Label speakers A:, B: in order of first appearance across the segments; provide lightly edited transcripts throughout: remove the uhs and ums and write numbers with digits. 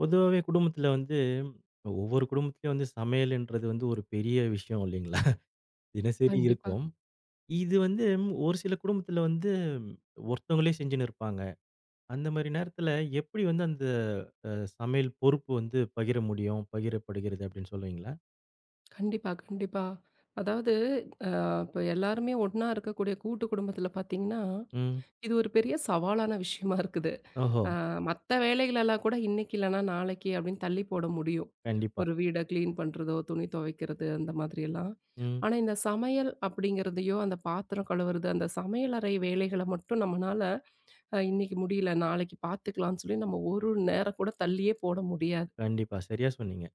A: பொதுவாவே குடும்பத்துல வந்து, ஒவ்வொரு குடும்பத்திலயும் வந்து சமையல்ன்றது வந்து ஒரு பெரிய விஷயம் இல்லைங்களா? தினசரி
B: கண்டிப்பா,
A: இருக்கும். இது வந்து ஒரு சில குடும்பத்துல வந்து ஒருத்தவங்களே செஞ்சுன்னு இருப்பாங்க. அந்த மாரி நேரத்துல எப்படி வந்து அந்த அ சமையல் பொறுப்பு வந்து பகிர முடியும்? பகிரப்படுகிறது அப்படின்னு சொல்லுவீங்களா?
B: கண்டிப்பா, கண்டிப்பா. அதாவது அ இப்ப எல்லாருமே ஒண்ணா இருக்கக்கூடிய கூட்டு குடும்பத்தில பார்த்தீங்கன்னா,
A: ம்.
B: இது ஒரு பெரிய சவாலான விஷயமா இருக்குது.
A: ஓஹோ!
B: மத்த வேலைகளெல்லாம் கூட இன்னைக்கு இல்லன்னா நாளைக்கு அப்படின்னு தள்ளி போட முடியும்.
A: கண்டிப்பா.
B: ஒரு வீட கிளீன் பண்றதோ, துணி துவைக்கிறது அந்த மாதிரியெல்லாம்.
A: ம்.
B: ஆனா இந்த சமையல் அப்படிங்கிறதையோ, அந்த பாத்திரம் கழுவுறது, அந்த சமையல் அறை வேலைகள மட்டும் நம்மனால இன்னைக்கு முடியல, நாளைக்கு பார்த்துக்கலாம்ன்னு சொல்லி நம்ம ஒரு நேரம் கூட தள்ளியே போட முடியாது.
A: கண்டிப்பா. சரியா சொன்னீங்க.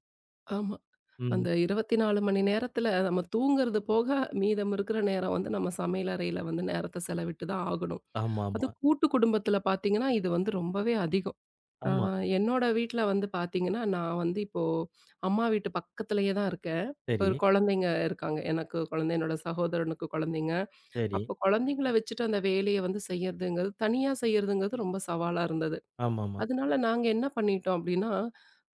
B: ஆமா.
A: ம்.
B: அந்த 24 மணி நேரத்துல நம்ம தூங்குறது போக மீதம் இருக்கிற நேரம் வந்து நம்ம சமையலறையில வந்து நேரத்த செலவிட்டு தான் ஆகணும். அது
A: ஆமாமா. ஆமா.
B: கூட்டு குடும்பத்துல பார்த்தீங்கன்னா, இது வந்து ரொம்பவே அதிகம். ஆ
A: ஆமா
B: என்னோட வீட்ல வந்து பார்த்தீங்கன்னா, நான் வந்து இப்போ அம்மா வீட்டு பக்கத்திலேயே தான் இருக்கேன்.
A: சரி,
B: ஒரு குழந்தைங்க இருக்காங்க. எனக்கு குழந்தை, என்னோட சகோதரனுக்கு குழந்தைங்க.
A: சரி.
B: அப்போ குழந்தைங்கள வச்சுட்டு அந்த வேலைய வந்து செய்யறதுங்கிறது, தனியா செய்யறதுங்கிறது ரொம்ப சவாலா இருந்தது.
A: ஆமாமா.
B: அதனால நாங்க என்ன பண்ணிட்டோம் அப்படின்னா,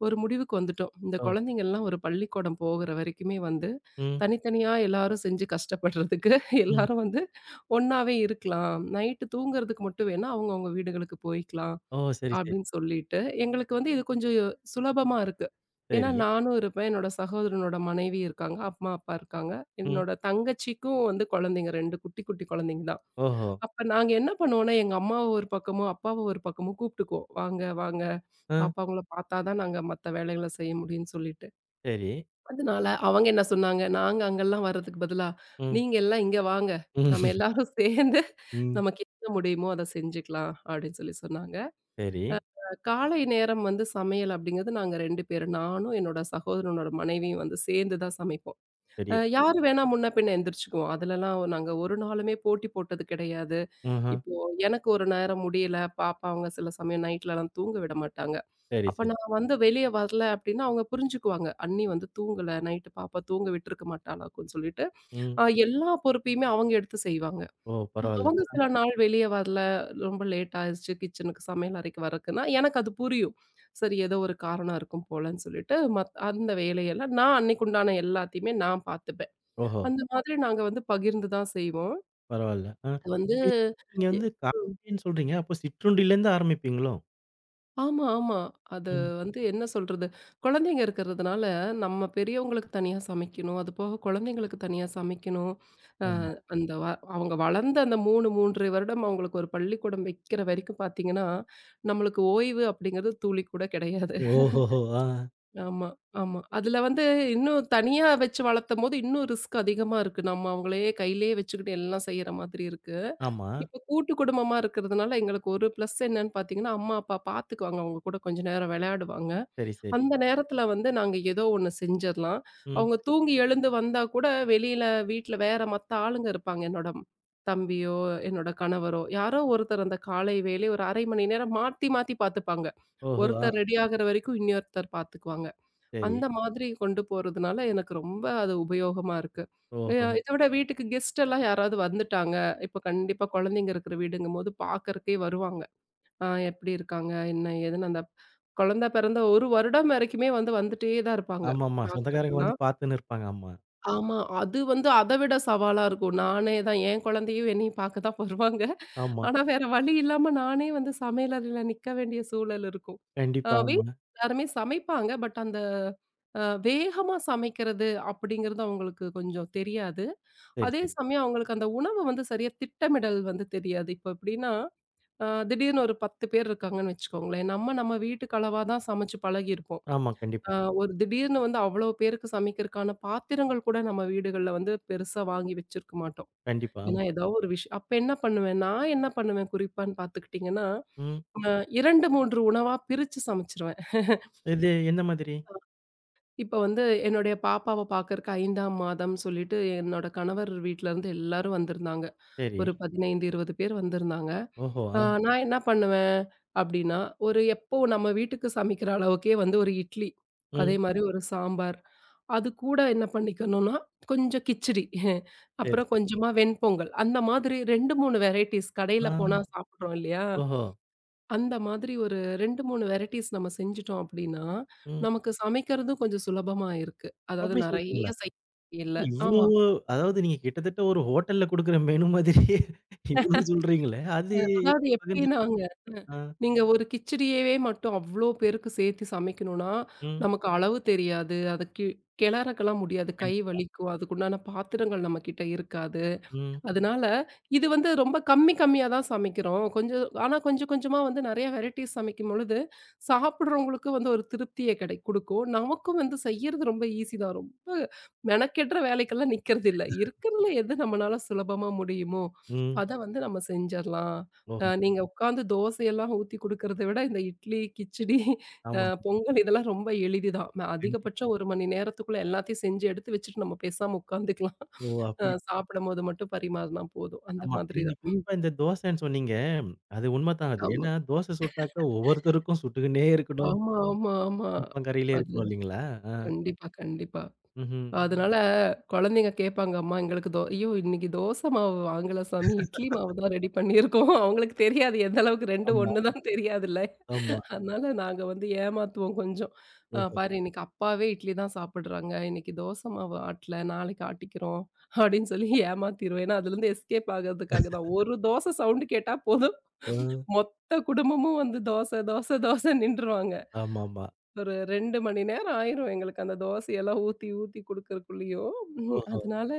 B: ஒரு முடிவுக்கு வந்துட்டோம். இந்த
A: ஓ!
B: குழந்தைங்கள்லாம் ஒரு பள்ளிக்கூடம் போகுற வரைக்குமே வந்து,
A: ம்,
B: தனித்தனியா எல்லாரும் செஞ்சு கஷ்டப்படுறதுக்கு,
A: ம்.
B: எல்லாரும் வந்து ஒண்ணாவே இருக்கலாம். நைட்டு தூங்குறதுக்கு மட்டும் வேணா அவங்கவங்க வீடுகளுக்கு போய்க்கலாம்
A: ஓ! சரி, சரி,
B: அப்படின்னு சொல்லிட்டு, எங்களுக்கு வந்து இது கொஞ்சம் சுலபமா இருக்கு. ஏன்னா
A: சரி.
B: நானும் இருப்பேன், என்னோட சகோதரனோட மனைவி இருக்காங்க, அம்மா, அப்பா இருக்காங்க.
A: ம்.
B: என்னோட தங்கச்சிக்கும் வந்து குழந்தைங்க 2 குட்டி குட்டி குழந்தைங்க தான்.
A: ஓஹோ!
B: அப்ப நாங்க என்ன பண்ணுவோம்னா, எங்க அம்மாவ ஒரு பக்கமும், அப்பாவ ஒரு பக்கமும் கூப்பிட்டுக்குவோம். "வாங்க, வாங்க"
A: ஆ.
B: பாப்பாவங்கள பார்த்தா தான் நாங்க மத்த வேலைகள செய்ய முடியும்னு சொல்லிட்டு.
A: சரி.
B: அதனால அவங்க என்ன சொன்னாங்க, "நாங்க அங்கலாம் வர்றதுக்கு பதிலா,
A: ம்.
B: நீங்க எல்லாம் இங்க வாங்க. நம்ம
A: ம்.
B: எல்லாரும் சேர்ந்து
A: ம்.
B: நமக்கு என்ன முடியுமோ அத செஞ்சுக்கலாம்." அப்படின்னு சொல்லி சொன்னாங்க.
A: சரி,
B: காலை நேரம் வந்து சமையல் அப்படிங்கிறது நாங்க 2 பேரும். நானும் என்னோட சகோதரனோட மனைவியும் வந்து சேர்ந்து தான் சமைப்போம்.
A: சரி.
B: யாரு வேணா முன்ன பின்ன எந்திரிச்சுக்குவோம். அதுலலாம் நாங்க ஒரு நாளுமே போட்டி போட்டது கிடையாது.
A: ஆஹா.
B: இப்போ எனக்கு ஒரு நேரம் முடியல, பாப்பா அவங்க சில சமயம் நைட்லலாம் தூங்க விட மாட்டாங்க.
A: சரி,
B: அப்ப
A: சரி.
B: நான் வந்து வெளிய வரல அப்டின்னா, அவங்க புரிஞ்சுக்குவாங்க. அண்ணி வந்து தூங்கல, நைட்டு பாப்பா தூங்க விட்டுருக்க மாட்டாளாக்குன்னு சொல்லிட்டு,
A: ம்.
B: எல்லா பொறுப்பையுமே அவங்க எடுத்து செய்வாங்க.
A: ஓ! பரவால்ல.
B: அவங்க சில நாள் வெளிய வரல, ரொம்ப லேட் ஆயிருச்சு கிச்சனுக்கு சமையல் அறைக்கு வரக்குன்னா, எனக்கு அது புரியும். சரி ஏதோ ஒரு காரணம் இருக்கும் போலன்னு சொல்லிட்டு, அந்த வேலையெல்லாம் நான் அன்னைக்கு உண்டான எல்லாத்தையுமே நான் பார்த்துப்பேன்.
A: ஓஹோ!
B: அந்த மாதிரி நாங்க வந்து பகிர்ந்து தான் செய்வோம்.
A: பரவால்ல. ஆ
B: இது வந்து
A: இப்ப நீங்க
B: எ
A: வந்து
B: ம்.
A: காலைன்னு சொல்றீங்க. அப்போ சிற்றுண்டிலேருந்து ஆரம்பிப்பீங்களோ?
B: ஆமா, ஆமா. அது
A: ம்.
B: வந்து என்ன சொல்றது? குழந்தைங்க இருக்கிறதுனால, நம்ம பெரியவங்களுக்கு தனியா சமைக்கணும். அதுபோக குழந்தைங்களுக்கு தனியா சமைக்கணும். அ
A: ஆமா.
B: அந்த வ அவங்க வளர்ந்த அந்த 3, 3 வருடம் அவங்களுக்கு ஒரு பள்ளிக்கூடம் வைக்கிற வரைக்கும் பார்த்தீங்கன்னா, நம்மளுக்கு ஓய்வு அப்படிங்கிறது துளி கூட கிடையாது.
A: ஓஹோஹோ! ஆ.
B: ஆமா, ஆமா. அதுல வந்து இன்னும் தனியா வச்சு வளர்த்தம்போது, இன்னும் ரிஸ்க் அதிகமா இருக்கு. நம்ம அவங்களயே கையிலேயே வச்சுக்கிட்டு எல்லாம் செய்ற மாதிரி இருக்கு.
A: ஆமா.
B: இப்ப கூட்டு குடும்பமா இருக்கிறதுனால எங்களுக்கு ஒரு ப்ளஸ் என்னன்னு பார்த்தீங்கன்னா, அம்மா, அப்பா பார்த்துக்குவாங்க. அவங்க கூட கொஞ்ச நேரம் விளையாடுவாங்க.
A: சரி, சரி.
B: அந்த நேரத்தில வந்து நாங்க ஏதோ ஒண்ணு செஞ்சிரலாம்.
A: ம்.
B: அவங்க தூங்கி எழுந்து வந்தா கூட வெளியில வீட்ல வேற மத்த ஆளுங்க இருப்பாங்க. என்னோட தம்பியோ, என்னோட கணவரோ யாரோ ஒருத்தர் அந்த காலை வேலை ஒரு 1/2 மணி நேரம் மாத்தி மாத்தி பார்த்துப்பாங்க.
A: ஓஹோ! ஆ.
B: ஒருத்தர் ரெடி ஆகுற வரைக்கும் இன்னொருத்தர் பார்த்துக்குவாங்க.
A: சரி.
B: அந்த மாதிரி கொண்டு போறதுனால எனக்கு ரொம்ப அது உபயோகமா இருக்கு. அ
A: ஓஹோ!
B: இத விட வீட்டுக்கு கெஸ்ட் எல்லாம் யாராவது வந்துட்டாங்க, இப்ப கண்டிப்பா குழந்தைங்க இருக்கிற வீடுங்கும்போது பார்க்கறக்கே வருவாங்க. ஆ எப்படி இருக்காங்க? என்ன ஏதுன்னு அந்த குழந்தை பிறந்த 1 வருடம் வரைக்குமே வந்து வந்துட்டே தான் இருப்பாங்க
A: ஆமாமா. சொந்தக்காரங்க வந்து
B: பார்க்கறக்கெல்லாம்.
A: பார்த்துன்னு இருப்பாங்க. ஆமா.
B: ஆமா. அது வந்து அத விட சவாலா இருக்கும். நானே தான் என் குழந்தையும் என்னையும் பார்க்க தான் வருவாங்க.
A: ஆமா.
B: ஆனா, வேற வழி இல்லாம நானே வந்து சமையலறையில நிக்க வேண்டிய சூழல் இருக்கும்.
A: கண்டிப்பா.
B: வீட்ல
A: ஆமா.
B: எல்லாருமே சமைப்பாங்க. பட் அந்த வேகமா சமைக்கிறது அப்படிங்கிறது அவங்களுக்கு கொஞ்சம் தெரியாது.
A: சரி,
B: அதே
A: சரி.
B: சமயம் அவங்களுக்கு அந்த உணவு வந்து சரியா திட்டமிடல் வந்து தெரியாது. இப்போ எப்படின்னா, திடீர்னு ஒரு 10 பேர் இருக்காங்கன்னு வச்சுக்கோங்களேன். நம்ம நம்ம வீட்டுக்கு அளவா தான் சமைச்சு பழகியிருப்போம்.
A: ஆமா. கண்டிப்பா.
B: அ ஒரு திடீர்னு வந்து அவ்வளோ பேருக்கு சமைக்கிறதுக்கான பாத்திரங்கள் கூட நம்ம வீடுகள்ல வந்து பெருசா வாங்கி வச்சிருக்க மாட்டோம்.
A: கண்டிப்பா.
B: ஏன்னா
A: ஆமா.
B: ஏதாவது ஒரு விஷயம் அப்ப என்ன பண்ணுவேன், நான் என்ன பண்ணுவேன் குறிப்பான்னு பார்த்துக்கிட்டீங்கன்னா,
A: ம்.
B: அ 2, 3 உணவா பிரிச்சு சமைச்சுருவேன்.
A: இது எந்த மாதிரி?
B: இப்ப வந்து என்னுடைய பாப்பாவ பார்க்கறக்கு 5ஆம் மாதம்னு சொல்லிட்டு என்னோட கணவர் வீட்ல இருந்து எல்லாரும் வந்திருந்தாங்க.
A: சரி.
B: ஒரு 15, 20 பேர் வந்திருந்தாங்க.
A: ஓஹோ!
B: ஆ
A: ஆ.
B: நான் என்ன பண்ணுவேன் அப்டின்னா, ஒரு எப்போ நம்ம வீட்டுக்கு சமைக்கிற அளவுக்கே வந்து ஒரு இட்லி, அதே
A: ம்.
B: மாரி ஒரு சாம்பார், அது கூட என்ன பண்ணிக்கணும்னா, கொஞ்சம் கிச்சடி,
A: சரி,
B: அப்புறம்
A: சரி.
B: கொஞ்சமா வெண்பொங்கல். அந்த மாதிரி 2, 3 வெரைட்டீஸ் கடையில
A: ஆ.
B: போனா சாப்பிடுறோம் இல்லையா?
A: ஓஹோ!
B: அந்த மாதிரி ஒரு 2, 3 வெரைட்டீஸ் நம்ம செஞ்சுட்டோம் அப்டின்னா,
A: ம்.
B: நமக்கு சமைக்கிறதும் கொஞ்சம் சுலபமா இருக்கு. அதாவது
A: அப்படி
B: நெறைய
A: சொல்றீங்களா?
B: செய்ய இல்ல.
A: என்ன
B: ஆமா.
A: இவ்வளவு அதாவது நீங்க கிட்டத்தட்ட ஒரு ஹோட்டல்ல குடுக்குற மெனு மாதிரியே இவ்வளவு சொல்றீங்களே! அது
B: அதாவது
A: எப்படி பகிர்ந்துக்க
B: எப்படின்னாங்க, ம்.
A: ஆ,
B: நீங்க ஒரு கிச்சடியவே மட்டும் அவ்ளோ பேருக்கு சேர்த்து சமைக்கணும்னா,
A: ம்.
B: நமக்கு அளவு தெரியாது. அது கி கிளறக்கெல்லாம் முடியாது. கை
A: கண்டிப்பா.
B: வலிக்கும். அதுக்குண்டான பாத்திரங்கள் நம்மகிட்ட இருக்காது.
A: ம்,
B: அதனால இது வந்து ரொம்ப கம்மி கம்மியா தான் சமைக்கிறோம். கொஞ்சம் ஆனா கொஞ்சம் கொஞ்சமா வந்து நெறைய வெரைட்டீஸ் சமைக்கும்பொழுது, சாப்பிடுறவங்களுக்கு வந்து ஒரு திருப்திய கிடை குடுக்கும். நமக்கும் வந்து செய்யறது ரொம்ப ஈஸி தான். ரொம்ப மெனக்கெடுற வேலைக்கெல்லாம் நிக்கிறது இல்ல. இருக்கிறதுல எது நம்மனால சுலபமா முடியுமோ,
A: ம்.
B: அத வந்து நம்ம செஞ்சிரலாம்.
A: ஓஹோ!
B: நீங்க உட்காந்து தோசையெல்லாம் ஊத்தி குடுக்கறத விட, இந்த இட்லி, கிச்சடி,
A: ஆமா.
B: பொங்கல் இதெல்லாம் ரொம்ப எளிது தான்.
A: கண்டிப்பா.
B: அதிகபட்சம் 1 மணி நேரத்துக்குள்ள எல்லாத்தையும் செஞ்சு எடுத்து வச்சுட்டு நம்ம பேசாம உட்காந்துக்கலாம்.
A: ஓ! அப்படி.
B: சாப்பிடும்போது மட்டும் பரிமாறினா போதும். அந்த
A: ஆமா.
B: மாதிரி
A: நீங்க
B: தான். ம்.
A: குறிப்பா இந்த தோசைன்னு சொன்னீங்க. அது உண்மதான் அது.
B: ஆமா.
A: ஏன்னா தோசை சுட்டாக்கா ஒவ்வொருத்தருக்கும் சுட்டுக்கின்னே இருக்கணும்.
B: ஆமா, ஆமா, ஆமா.
A: அடுப்பாங்கரையிலே
B: அது
A: இருக்கணும் இல்லீங்களா? ஆ.
B: கண்டிப்பா, கண்டிப்பா.
A: ம்ஹ்ம்.
B: அதனால குழந்தைங்க கேட்பாங்க, "அம்மா எங்களுக்கு தோ ஐயோ! இன்னைக்கு தோசை மாவு வாங்கல சாமி, இட்லி மாவு தான் ரெடி பண்ணியிருக்கோம்." அவங்களுக்கு தெரியாது எந்த அளவுக்கு 2
A: ஆமா,
B: ஒண்ணு தான் தெரியாதுல்ல.
A: ஆமா.
B: அதனால நாங்க வந்து ஏமாத்துவோம் கொஞ்சம்.
A: ஓஹோ!
B: பாரு இன்னைக்கு அப்பாவே இட்லி தான் சாப்பிடுறாங்க. இன்னைக்கு தோசை மாவு ஆட்டல, நாளைக்கு ஆட்டிக்கிறோம்." அப்படின்னு சொல்லி ஏமாத்திருவேன். ஏன்னா அதுலருந்து எஸ்கேப் ஆகறதுக்காக தான். ஒரு தோசை சவுண்ட் கேட்டா போதும்.
A: ஆ.
B: மொத்த குடும்பமும் வந்து தோசை, தோசை, தோசைன்னு நின்றுவாங்க.
A: ஆமாமா.
B: ஒரு 2 மணி நேரம் ஆயிரும் எங்களுக்கு அந்த தோசையெல்லாம் ஊத்தி, ஊத்தி குடுக்கறக்குள்ளயும்.
A: ஓஹோ!
B: அதனால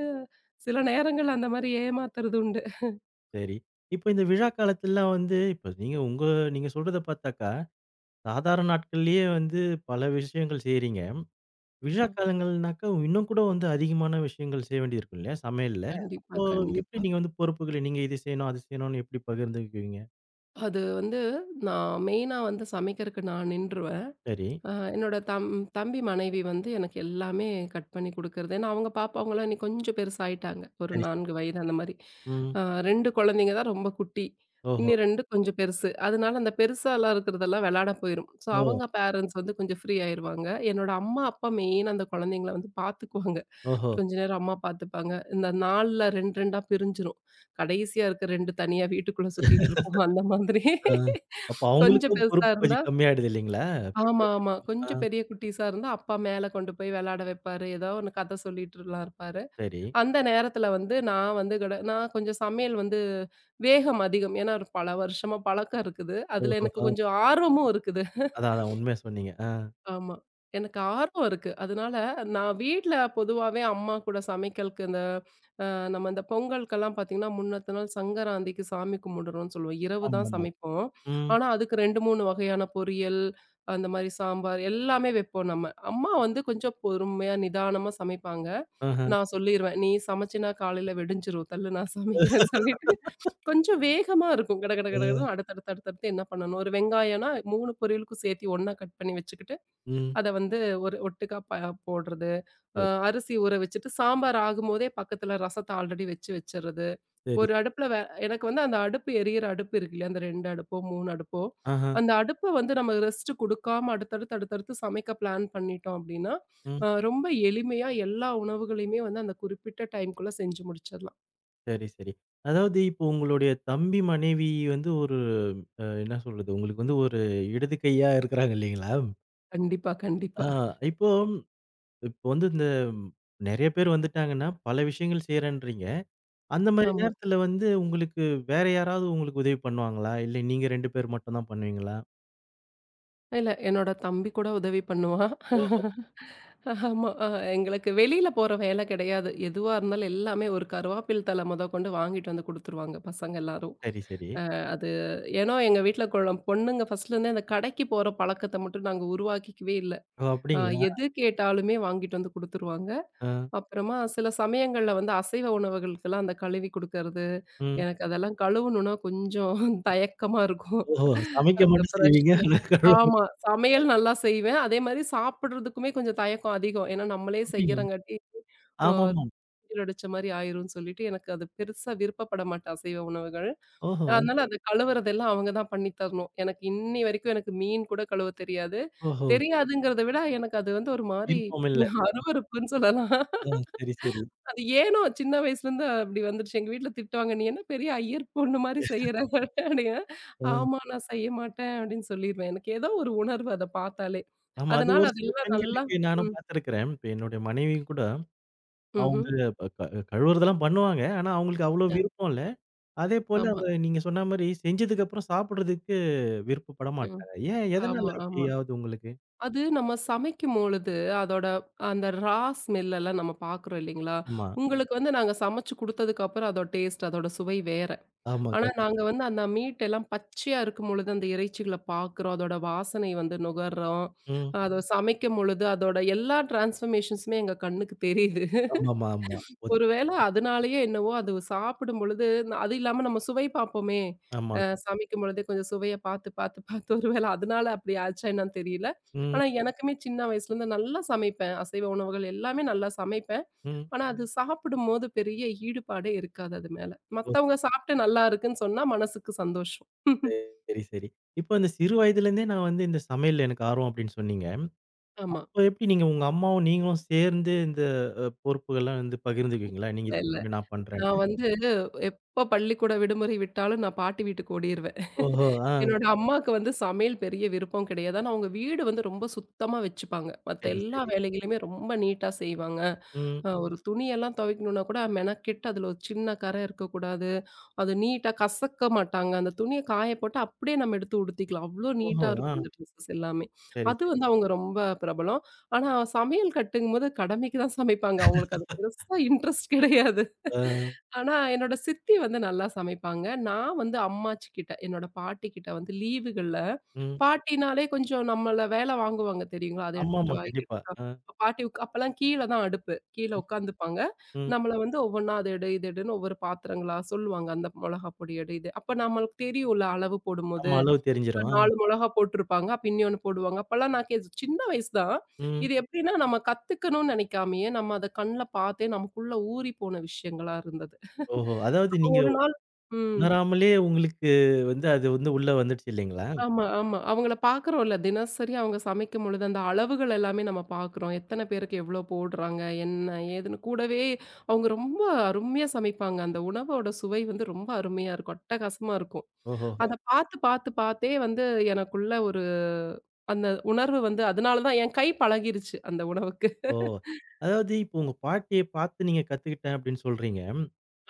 B: சில நேரங்கள்ல அந்த மாரி ஏமாத்துறது உண்டு.
A: சரி. இப்ப இந்த விழா காலத்துலலாம் வந்து இப்ப நீங்க உங்க நீங்க சொல்றத பார்த்தாக்கா சாதாரண நாட்கள்லயே வந்து பல விஷயங்கள் செய்றீங்க. விழா
B: ஆமா.
A: காலங்கள்னாக்கா இன்னும் கூட வந்து அதிகமான விஷயங்கள் செய்ய வேண்டியிருக்கும் இல்லையா? சமையல்ல.
B: கண்டிப்பா,
A: அப்போ எப்படி
B: கண்டிப்பா.
A: நீங்க வந்து பொறுப்புகளை நீங்க இது செய்யணும், அது செய்யணும்னு எப்படி பகிர்ந்துக்குவீங்க?
B: அது வந்து நான் மெயினா வந்து சமைக்கிறக்கு நான் நின்றுவேன்.
A: சரி.
B: என்னோட தம்பி மனைவி வந்து எனக்கு எல்லாமே கட் பண்ணி குடுக்கறது. ஏன்னா, அவங்க பாப்பாவங்கலாம் இன்னி கொஞ்சம் பெருசாயிட்டாங்க. ஒரு
A: சரி, சரி.
B: 4 வயது அந்த மாரி.
A: ம்.
B: அ 2 குழந்தைங்க தான் ரொம்ப குட்டி. இன்னி
A: ஓஹோ!
B: 2 கொஞ்சம் பெருசு. அதனால அந்த பெருசாலாம் இருக்கிறதெல்லாம் வெளாட போயிரும். ஸோ,
A: ஓ!
B: அவங்க பேரண்ட்ஸ் வந்து கொஞ்சம் ஃப்ரீ ஆயிருவாங்க. என்னோட அம்மா, அப்பா மெயினா அந்த குழந்தைங்கள வந்து பாத்துக்குவாங்க.
A: ஓஹோ!
B: கொஞ்ச நேரம் அம்மா பாத்துப்பாங்க. இந்த நாள்ல 2, 2 பிரிஞ்சிரும். கடைசியா இருக்க 2 தனியா வீட்டுக்குள்ள சுத்திட்டு இருக்கும். அந்த மாதிரி.
A: ஆ. அப்போ
B: கொஞ்சம்
A: அவங்களுக்கும்
B: பெருசா
A: பொறுப்பு
B: இருந்தா
A: கொஞ்சம் கம்மியாயிடுது இல்லைங்களா?
B: ஆமா, ஆமா.
A: பெற்றோர்களுக்கு. ஆ.
B: கொஞ்சம் பெரிய குட்டீஸா இருந்தா, அப்பா மேல கொண்டு போய் விளையாட வைப்பாரு. ஏதோ ஒண்ணு கதை சொல்லிட்டுலாம் இருப்பாரு.
A: சரி.
B: அந்த நேரத்துல வந்து நான் கொஞ்சம் சமையல் வந்து வேகம் அதிகம். ஏன்னா, ஒரு பல வருஷமா பழக்கம் இருக்குது. அதுல
A: ஓஹோ!
B: எனக்கு
A: ஆ.
B: கொஞ்சம் ஆர்வமும் இருக்குது.
A: அதான், அதான் உண்மைய சொன்னீங்க. ஆ.
B: ஆமா. எனக்கு ஆர்வம் இருக்கு. அதனால நான் வீட்ல பொதுவாவே அம்மா கூட சமைக்கலுக்கு இந்த பொங்கலுக்கெல்லாம் பார்த்தீங்கன்னா, முன்னத்த நாள் சங்கராந்திக்கு சாமி கும்பிடுறோம்ன்னு சொல்லுவோம். இரவு தான்
A: ஆமாமா.
B: சமைப்போம்.
A: ம்.
B: ஆனா, அதுக்கு 2, 3 வகையான பொரியல், அந்த மாரி சாம்பார் எல்லாமே வைப்போம் நம்ம. அம்மா வந்து கொஞ்சம் பொறுமையா, நிதானமா சமைப்பாங்க.
A: ஆஹ.
B: நான் சொல்லிருவேன், "நீ சமைச்சினா காலையில வெடிஞ்சிரும். தள்ளு நான் சமைக்கிறேன்னு" சொல்லிட்டு கொஞ்சம் வேகமா இருக்கும். கட கட
A: அ.
B: கடகடன்னு அடுத்தடுத்து அடுத்தடுத்து என்ன பண்ணணும்? ஒரு வெங்காயம்னா 3 பொரியலுக்கும் சேர்த்து ஒண்ணா கட் பண்ணி வச்சுக்கிட்டு
A: ம்.
B: அத வந்து ஒரு ஒட்டுக்கா ப போடுறது.
A: சரி,
B: அரிசி ஊற வச்சுட்டு சாம்பார் ஆகும்போதே பக்கத்துல ரசத்த ஆல்ரெடி வச்சு வச்சுறது.
A: சரி.
B: ஒரு அடுப்புல வே எனக்கு வந்து அந்த அடுப்பு எரியிற அடுப்பு இருக்கு இல்லையா? அந்த 2 அடுப்போ, 3 அடுப்போ,
A: ஆஹ.
B: அந்த அடுப்ப வந்து நம்ம ரெஸ்ட் குடுக்காம அடுத்தடுத்து, அடுத்தடுத்து சமைக்க பிளான் பண்ணிட்டோம் அப்டின்னா,
A: ம்.
B: ரொம்ப எளிமையா எல்லா உணவுகளையுமே வந்து அந்த குறிப்பிட்ட டைம்க்குள்ள செஞ்சு முடிச்சிடலாம்.
A: சரி, சரி. அதாவது இப்போ உங்களுடைய தம்பி மனைவி வந்து ஒரு என்ன சொல்றது? உங்களுக்கு வந்து ஒரு இடது கையா இருக்கிறாங்க இல்லைங்களா?
B: கண்டிப்பா, கண்டிப்பா.
A: ஆ இப்போ இப்போ வந்து இந்த நெறைய பேர் வந்துட்டாங்கன்னா, பல விஷயங்கள் செய்றேன்றீங்க. அந்த மாரி
B: ஆமா.
A: நேரத்துல வந்து உங்களுக்கு வேற யாராவது உங்களுக்கு உதவி பண்ணுவாங்களா? இல்ல நீங்க 2 பேர் மட்டும் தான் பண்ணுவீங்களா?
B: இல்ல என்னோட தம்பி கூட உதவி பண்ணுவான்.
A: ஓஹோ!
B: ஆமா. எங்களுக்கு வெளியில போற வேலை கிடையாது. எதுவா இருந்தாலும் எல்லாமே ஒரு கருவாப்பில் தழ முதற்கொண்டு வாங்கிட்டு வந்து குடுத்துருவாங்க பசங்க எல்லாரும்.
A: சரி, சரி.
B: அது ஏன்னா எங்க வீட்ல பொண்ணுங்க ஃபர்ஸ்ட்ல இருந்தே அந்த கடைக்கு போற பழக்கத்த மட்டும் நாங்க உருவாக்கிக்கவே இல்ல.
A: ஓ!
B: அ
A: அப்படிங்களா?
B: எது கேட்டாலுமே வாங்கிட்டு வந்து குடுத்துருவாங்க.
A: ஆ,
B: அப்புறமா சில சமயங்கள்ல வந்து அசைவ உணவுகளுக்கெல்லாம் அந்த கழுவி குடுக்கறது,
A: ம்.
B: எனக்கு அதெல்லாம் கழுவணும்னா கொஞ்சம் தயக்கமா இருக்கும்.
A: ஓஹோ! சமைக்க
B: அந்த
A: மட்டும் செய்வீங்க.
B: ஃப்ரெஷ்ஷு.
A: ஆனா கழுவ மட்டும்
B: ஆமா. சமையல் நல்லா செய்வேன். அதே மாரி சாப்பிடுறதுக்குமே கொஞ்சம் தயக்கம் அதிகம். ஏன்னா நம்மளே
A: அப்படிங்களா?
B: செய்யறங்காட்டி, அ
A: ஆமாமா.
B: அடிச்ச மாரி ஆயிரும்ன்னு சொல்லிட்டு, எனக்கு அது பெருசா விருப்பப்பட மாட்டேன் அசைவ உணவுகள்.
A: ஓஹோ!
B: அதனால அத கழுவுறதெல்லாம் அவங்க தான் பண்ணி தரணும். எனக்கு இன்னி வரைக்கும் எனக்கு மீன் கூட கழுவ தெரியாது.
A: ஓஹோ!
B: தெரியாதுங்கிறத விட எனக்கு அது வந்து ஒரு மாரி
A: விருப்பம் இல்ல.
B: அருவருப்புன்னு சொல்லலாம்.
A: ஆ சரி, சரி.
B: அது ஏனோ சின்ன வயசுலேருந்து அப்படி வந்துருச்சு. எங்க வீட்ல திட்டுவாங்க. "நீ என்ன பெரிய ஐயர் பொண்ணு மாரி செய்ற" அப்படின்னு.
A: ஆ.
B: ஆமா நான் செய்ய மாட்டேன் அப்படின்னு சொல்லிருவேன். எனக்கு ஏதோ ஒரு உணர்வு அத பார்த்தாலே.
A: ஆமா. அது
B: அதனால
A: ஒரு சில
B: ம்ஹ்ம். அதெல்லாம் நல்லா
A: பெண்களுக்கு நானும்
B: ம்.
A: பார்த்துருக்கிறேன். இப்ப என்னுடைய மனைவி கூட அவங்க
B: ம்ஹ்ம்.
A: ப க கழுவுறதெல்லாம் பண்ணுவாங்க. ஆனா, அவங்களுக்கு அவ்ளோ
B: அ
A: விருப்பம் இல்ல. அதேபோல
B: ஆமா.
A: அவங்க நீங்க சொன்ன மாரி செஞ்சதுக்கு அப்புறம் சாப்பிடுறதுக்கு விருப்பப்பட
B: ம்.
A: மாட்டாங்க. ஏன் எதனால
B: ஆமா, ஆமா.
A: அப்படியாவது உங்களுக்கு?
B: அது நம்ம சமைக்கும்பொழுது அதோட அந்த ஸ்மெல் எல்லாம் நம்ம பார்க்குறோம் இல்லைங்களா? ம்.
A: ஆமா,
B: உங்களுக்கு வந்து நாங்க சமைச்சு குடுத்ததுக்கு அப்புறம் அதோட டேஸ்ட், அதோட சுவை வேற.
A: ஆமா.
B: ஆனா,
A: கண்டிப்பா.
B: நாங்க வந்து அந்த மீட் எல்லாம் பச்சையா இருக்கும்பொழுது, அந்த இறைச்சிகள பார்க்குறோம். அதோட வாசனை வந்து நுகர்றோம்.
A: ம்.
B: அத சமைக்கும்பொழுது, அதோட எல்லா டிரான்ஸ்ஃபர்மேஷன்ஸுமே எங்க கண்ணுக்கு தெரியுது.
A: ஆமாமா, ஆமா. ஆமா ஒத்
B: ஒருவேள அதனாலயே என்னவோ, அது சாப்பிடும்பொழுது அது இல்லாம நம்ம சுவை பார்ப்போமே!
A: ஆமா.
B: சமைக்கும் பொழுதே கொஞ்சம் சுவைய பார்த்து, பார்த்து, பார்த்து ஒருவேள அதனால அப்படி ஆச்சா என்னன்னு தெரியல.
A: ம்,
B: ஆனா, எனக்குமே சின்ன வயசுலேருந்து நல்லா சமைப்பேன். அசைவ உணவுகள் எல்லாமே நல்லா சமைப்பேன்.
A: ம்.
B: ஆனா அது சாப்பிடும்போது பெரிய ஈடுபாடே இருக்காது அது மேல.
A: ஓ!
B: மத்தவங்க சாப்பிட்டு நல்லா இருக்குன்னு சொன்னா மனசுக்கு சந்தோஷம்.
A: சரி, சரி. இப்போ அந்த சிறு வயதிலேருந்தே நான் வந்து இந்த சமையல்ல எனக்கு ஆர்வம் அப்படின்னு சொன்னீங்க.
B: ஆமா.
A: அப்ப எப்படி நீங்க உங்க அம்மாவும் நீங்களும் சேர்ந்து இந்த பொறுப்புகள்லாம் வந்து பகிர்ந்துக்குவீங்களா? நீங்க
B: இல்ல,
A: இத
B: இல்ல.
A: பண்ணு, நான் பண்றேன்னு.
B: நான் வந்து எப்ப பள்ளிக்கூட விடுமுறை விட்டாலும் நான் பாட்டி வீட்டுக்கு ஓடிருவேன்.
A: ஓஹோ! ஆ.
B: என்னோட அம்மாக்கு வந்து சமையல் பெரிய விருப்பம் கிடையாது. ஆனா அவங்க வீடு வந்து ரொம்ப சுத்தமா வச்சுப்பாங்க. மத்த
A: சரி,
B: எல்லா
A: சரி.
B: வேலைகளையுமே ரொம்ப நீட்டா செய்வாங்க.
A: ம்.
B: ஒரு துணியெல்லாம் துவைக்கணும்னா கூட மெனக்கெட்டு அதில ஒரு சின்ன கறை இருக்கக்கூடாது. அது நீட்டா கசக்க மாட்டாங்க. அந்த துணிய காய போட்டு அப்படியே நம்ம எடுத்து உடுத்திக்கலாம். அவ்ளோ நீட்டா
A: ஓஹோ! ஆ.
B: இருக்கும் அந்த ட்ரெஸஸ் எல்லாமே.
A: சரி,
B: அது
A: சரி.
B: வந்து அவங்க ரொம்ப பிரபலம். ஆனா சமையல் கட்டுங்கும்போது கடமைக்கு தான் சமைப்பாங்க. அவங்களுக்கு அது பெருசா இன்ட்ரெஸ்ட் கிடையாது.
A: ஆ.
B: ஆனா என்னோட சித்தி வந்து நல்லா சமைப்பாங்க. நான் வந்து அம்மாச்சி கிட்ட, என்னோட பாட்டி கிட்ட வந்து லீவுகள்ல
A: ம்.
B: பாட்டினாலே கொஞ்சம் நம்மள வேல வாங்குவாங்க தெரியுங்களா? "அத எடுத்துட்டு
A: ஆமாமா.
B: வா, இத
A: கண்டிப்பா.
B: எடுத்துட்டு வா."
A: ஆ.
B: இப்ப பாட்டி அப்பலாம் கீழ தான் அடுப்பு. கீழ
A: ம்.
B: உட்காந்துப்பாங்க.
A: ம்.
B: நம்மள வந்து ஒவ்வொன்னா "அத எடு, இத எடுன்னு" ஒவ்வொரு பாத்திரங்களா சொல்லுவாங்க. அந்த மொளகா பொடி எடு, இது. அப்ப நம்மளுக்கு தெரியும்ல அளவு போடும்போது.
A: ஆமா. அளவு தெரிஞ்சிரும்.
B: 4 மொளகா போட்டுருப்பாங்க. அப்ப இன்னொன்னு போடுவாங்க. அப்பலாம் நான் கே சின்ன வயசு தான்.
A: ம்.
B: இது எப்படின்னா நம்ம கத்துக்கணும்னு நெனைக்காமயே, நம்ம அத கண்ல பார்த்தே நமக்குள்ள ஊறி போன விஷயங்களா இருந்தது.
A: ஓஹோ! அதாவது
B: அப்ப
A: நீங்க
B: ஒரு நாள் ம்.
A: உணராமலே உங்களுக்கு வந்து அது வந்து உள்ள வந்துடுச்சு இல்லைங்களா?
B: ஆமா, ஆமா. அவங்கள பார்க்குறோம்ல. தினசரி அவங்க சமைக்கும்பொழுது, அந்த அளவுகள் எல்லாமே நம்ம பார்க்குறோம். எத்தன பேருக்கு எவ்ளோ போடுறாங்க, என்ன ஏதுன்னு. கூடவே அவங்க ரொம்ப அருமையா சமைப்பாங்க. அந்த உணவோட சுவை வந்து ரொம்ப அருமையா இருக்கும். அட்டகாசமா இருக்கும். அத
A: ஓஹோஹோ!
B: பார்த்து, பார்த்து, பார்த்தே வந்து எனக்குள்ள ஒரு அந்த உணர்வு வந்து அதனால தான் என் கை பழகிருச்சு அந்த உணவுக்கு.
A: ஓ! அதாவது இப்போ உங்க பாட்டிய பார்த்து நீங்க கத்துக்கிட்டேன் அப்படின்னு சொல்றீங்க.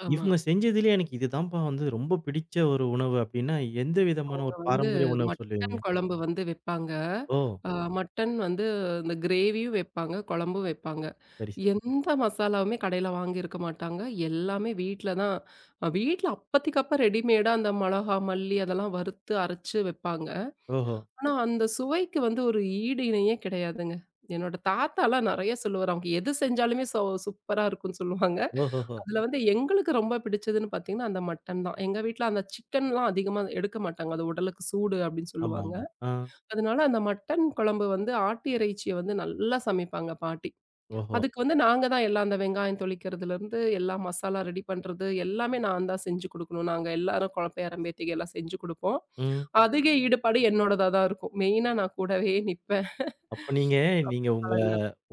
B: ஆமா.
A: இவங்க செஞ்சதுலயே எனக்கு இதுதான்ப்பா வந்து ரொம்ப பிடிச்ச ஒரு உணவு அப்படின்னா, எந்த விதமான
B: அவங்க
A: ஒரு
B: வந்து
A: பாரம்பரிய உணவு சொல்லுவீங்க?
B: மட்டன் குழம்பு வந்து வெப்பாங்க.
A: ஓ!
B: அ மட்டன் வந்து இந்த கிரேவியும் வெப்பாங்க, குழம்பும் வெப்பாங்க.
A: சரி, சரி.
B: எந்த மசாலாவுமே கடையில வாங்கியிருக்க மாட்டாங்க. எல்லாமே வீட்ல தான் வீட்ல அப்பத்திக்கப்ப ரெடிமேடா அந்த மொளகா, மல்லி அதெல்லாம் வறுத்து அரைச்சு வெப்பாங்க.
A: ஓஹோ!
B: ஆனா அந்த சுவைக்கு வந்து ஒரு ஈடு இணையே கிடையாதுங்க. என்னோட தாத்தாலாம் நெறைய சொல்லுவாரு. அவங்க எது செஞ்சாலுமே சோ சூப்பரா இருக்குன்னு சொல்லுவாங்க.
A: ஓஹோஹோ!
B: அதுல வந்து எங்களுக்கு ரொம்ப பிடிச்சதுன்னு பார்த்தீங்கன்னா, அந்த மட்டன் தான். எங்க வீட்ல அந்த சிக்கன்லாம் அதிகமா எடுக்க மாட்டாங்க. அது உடலுக்கு சூடு அப்படின்னு
A: ஆமா,
B: சொல்லுவாங்க.
A: ஆமா. ஆ.
B: அதனால அந்த மட்டன் குழம்பு வந்து ஆட்டு இறைச்சிய வந்து நல்லா சமைப்பாங்க பாட்டி.
A: ஓஹோ!
B: அதுக்கு வந்து நாங்க தான் எல்லாம் அந்த வெங்காயம் தொளிக்கிறதுலருந்து, எல்லா மசாலா ரெடி பண்றது எல்லாமே நான் தான் செஞ்சு குடுக்கணும். நாங்க எல்லாரும் பேரன், பேத்திக எல்லாம் செஞ்சு குடுப்போம்.
A: ம்.
B: அதிக ஈடுபாடு என்னோடதா தான் இருக்கும். மெயினா நான் கூடவே நிப்பேன்.
A: அப்ப நீங்க, நீங்க உங்க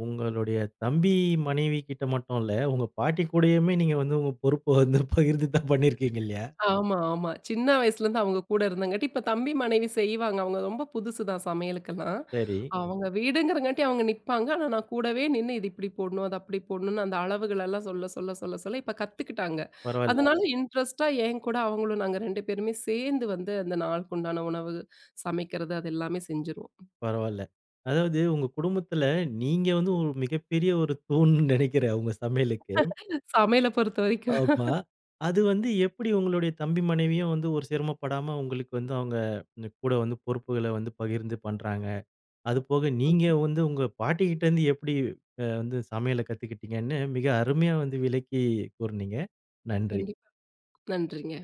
A: உங்களுடைய தம்பி மனைவி கிட்ட மட்டும் இல்ல, உங்க பாட்டி கூடயுமே நீங்க வந்து உங்க பொறுப்ப வந்து பகிர்ந்து தான் பண்ணியிருக்கீங்க இல்லையா?
B: ஆமா, ஆமா. சின்ன வயசுலேருந்து அவங்க கூட இருந்தங்காட்டி, இப்ப தம்பி, மனைவி செய்வாங்க. அவங்க ரொம்ப புதுசு தான் சமையலுக்கெல்லாம். ம்.
A: சரி.
B: அவங்க வீடுங்கிறங்காட்டி அவங்க நிப்பாங்க. ஆனா, நான் கூடவே நின்னு இது இப்படி போடணும், அது அப்படி போடணும்னு அந்த அளவுகளெல்லாம் சொல்ல, சொல்ல, சொல்ல, சொல்ல இப்ப கத்துக்கிட்டாங்க.
A: பரவால்ல,
B: அதனால ம். இன்ட்ரெஸ்ட்டா என் கூட அவங்களும் நாங்க 2 பேருமே சேர்ந்து வந்து அந்த நாளுக்குண்டான உணவு சமைக்கிறது, அது எல்லாமே செஞ்சுருவோம்.
A: பரவால்ல. அதாவது உங்க குடும்பத்துல நீங்க வந்து ஒரு மிகப்பெரிய ஒரு தூண்ன்னு நெனைக்கிறேன் உங்க சமையலுக்கு.
B: சமையல பொறுத்தவரைக்கும்.
A: ஆமா. அது வந்து எப்படி உங்களுடைய தம்பி மனைவியும் வந்து ஒரு சிரமப்படாம உங்களுக்கு வந்து அவங்க இந்த கூட வந்து பொறுப்புகள வந்து பகிர்ந்து பண்றாங்க? அதுபோக நீங்க
B: ம்.
A: வந்து உங்க பாட்டிகிட்ட இருந்து எப்படி வந்து சமையல கத்துக்கிட்டீங்கன்னு மிக அருமையா வந்து விளக்கி கூறுனீங்க. நன்றி.
B: கண்டிப்பா. நன்றிங்க.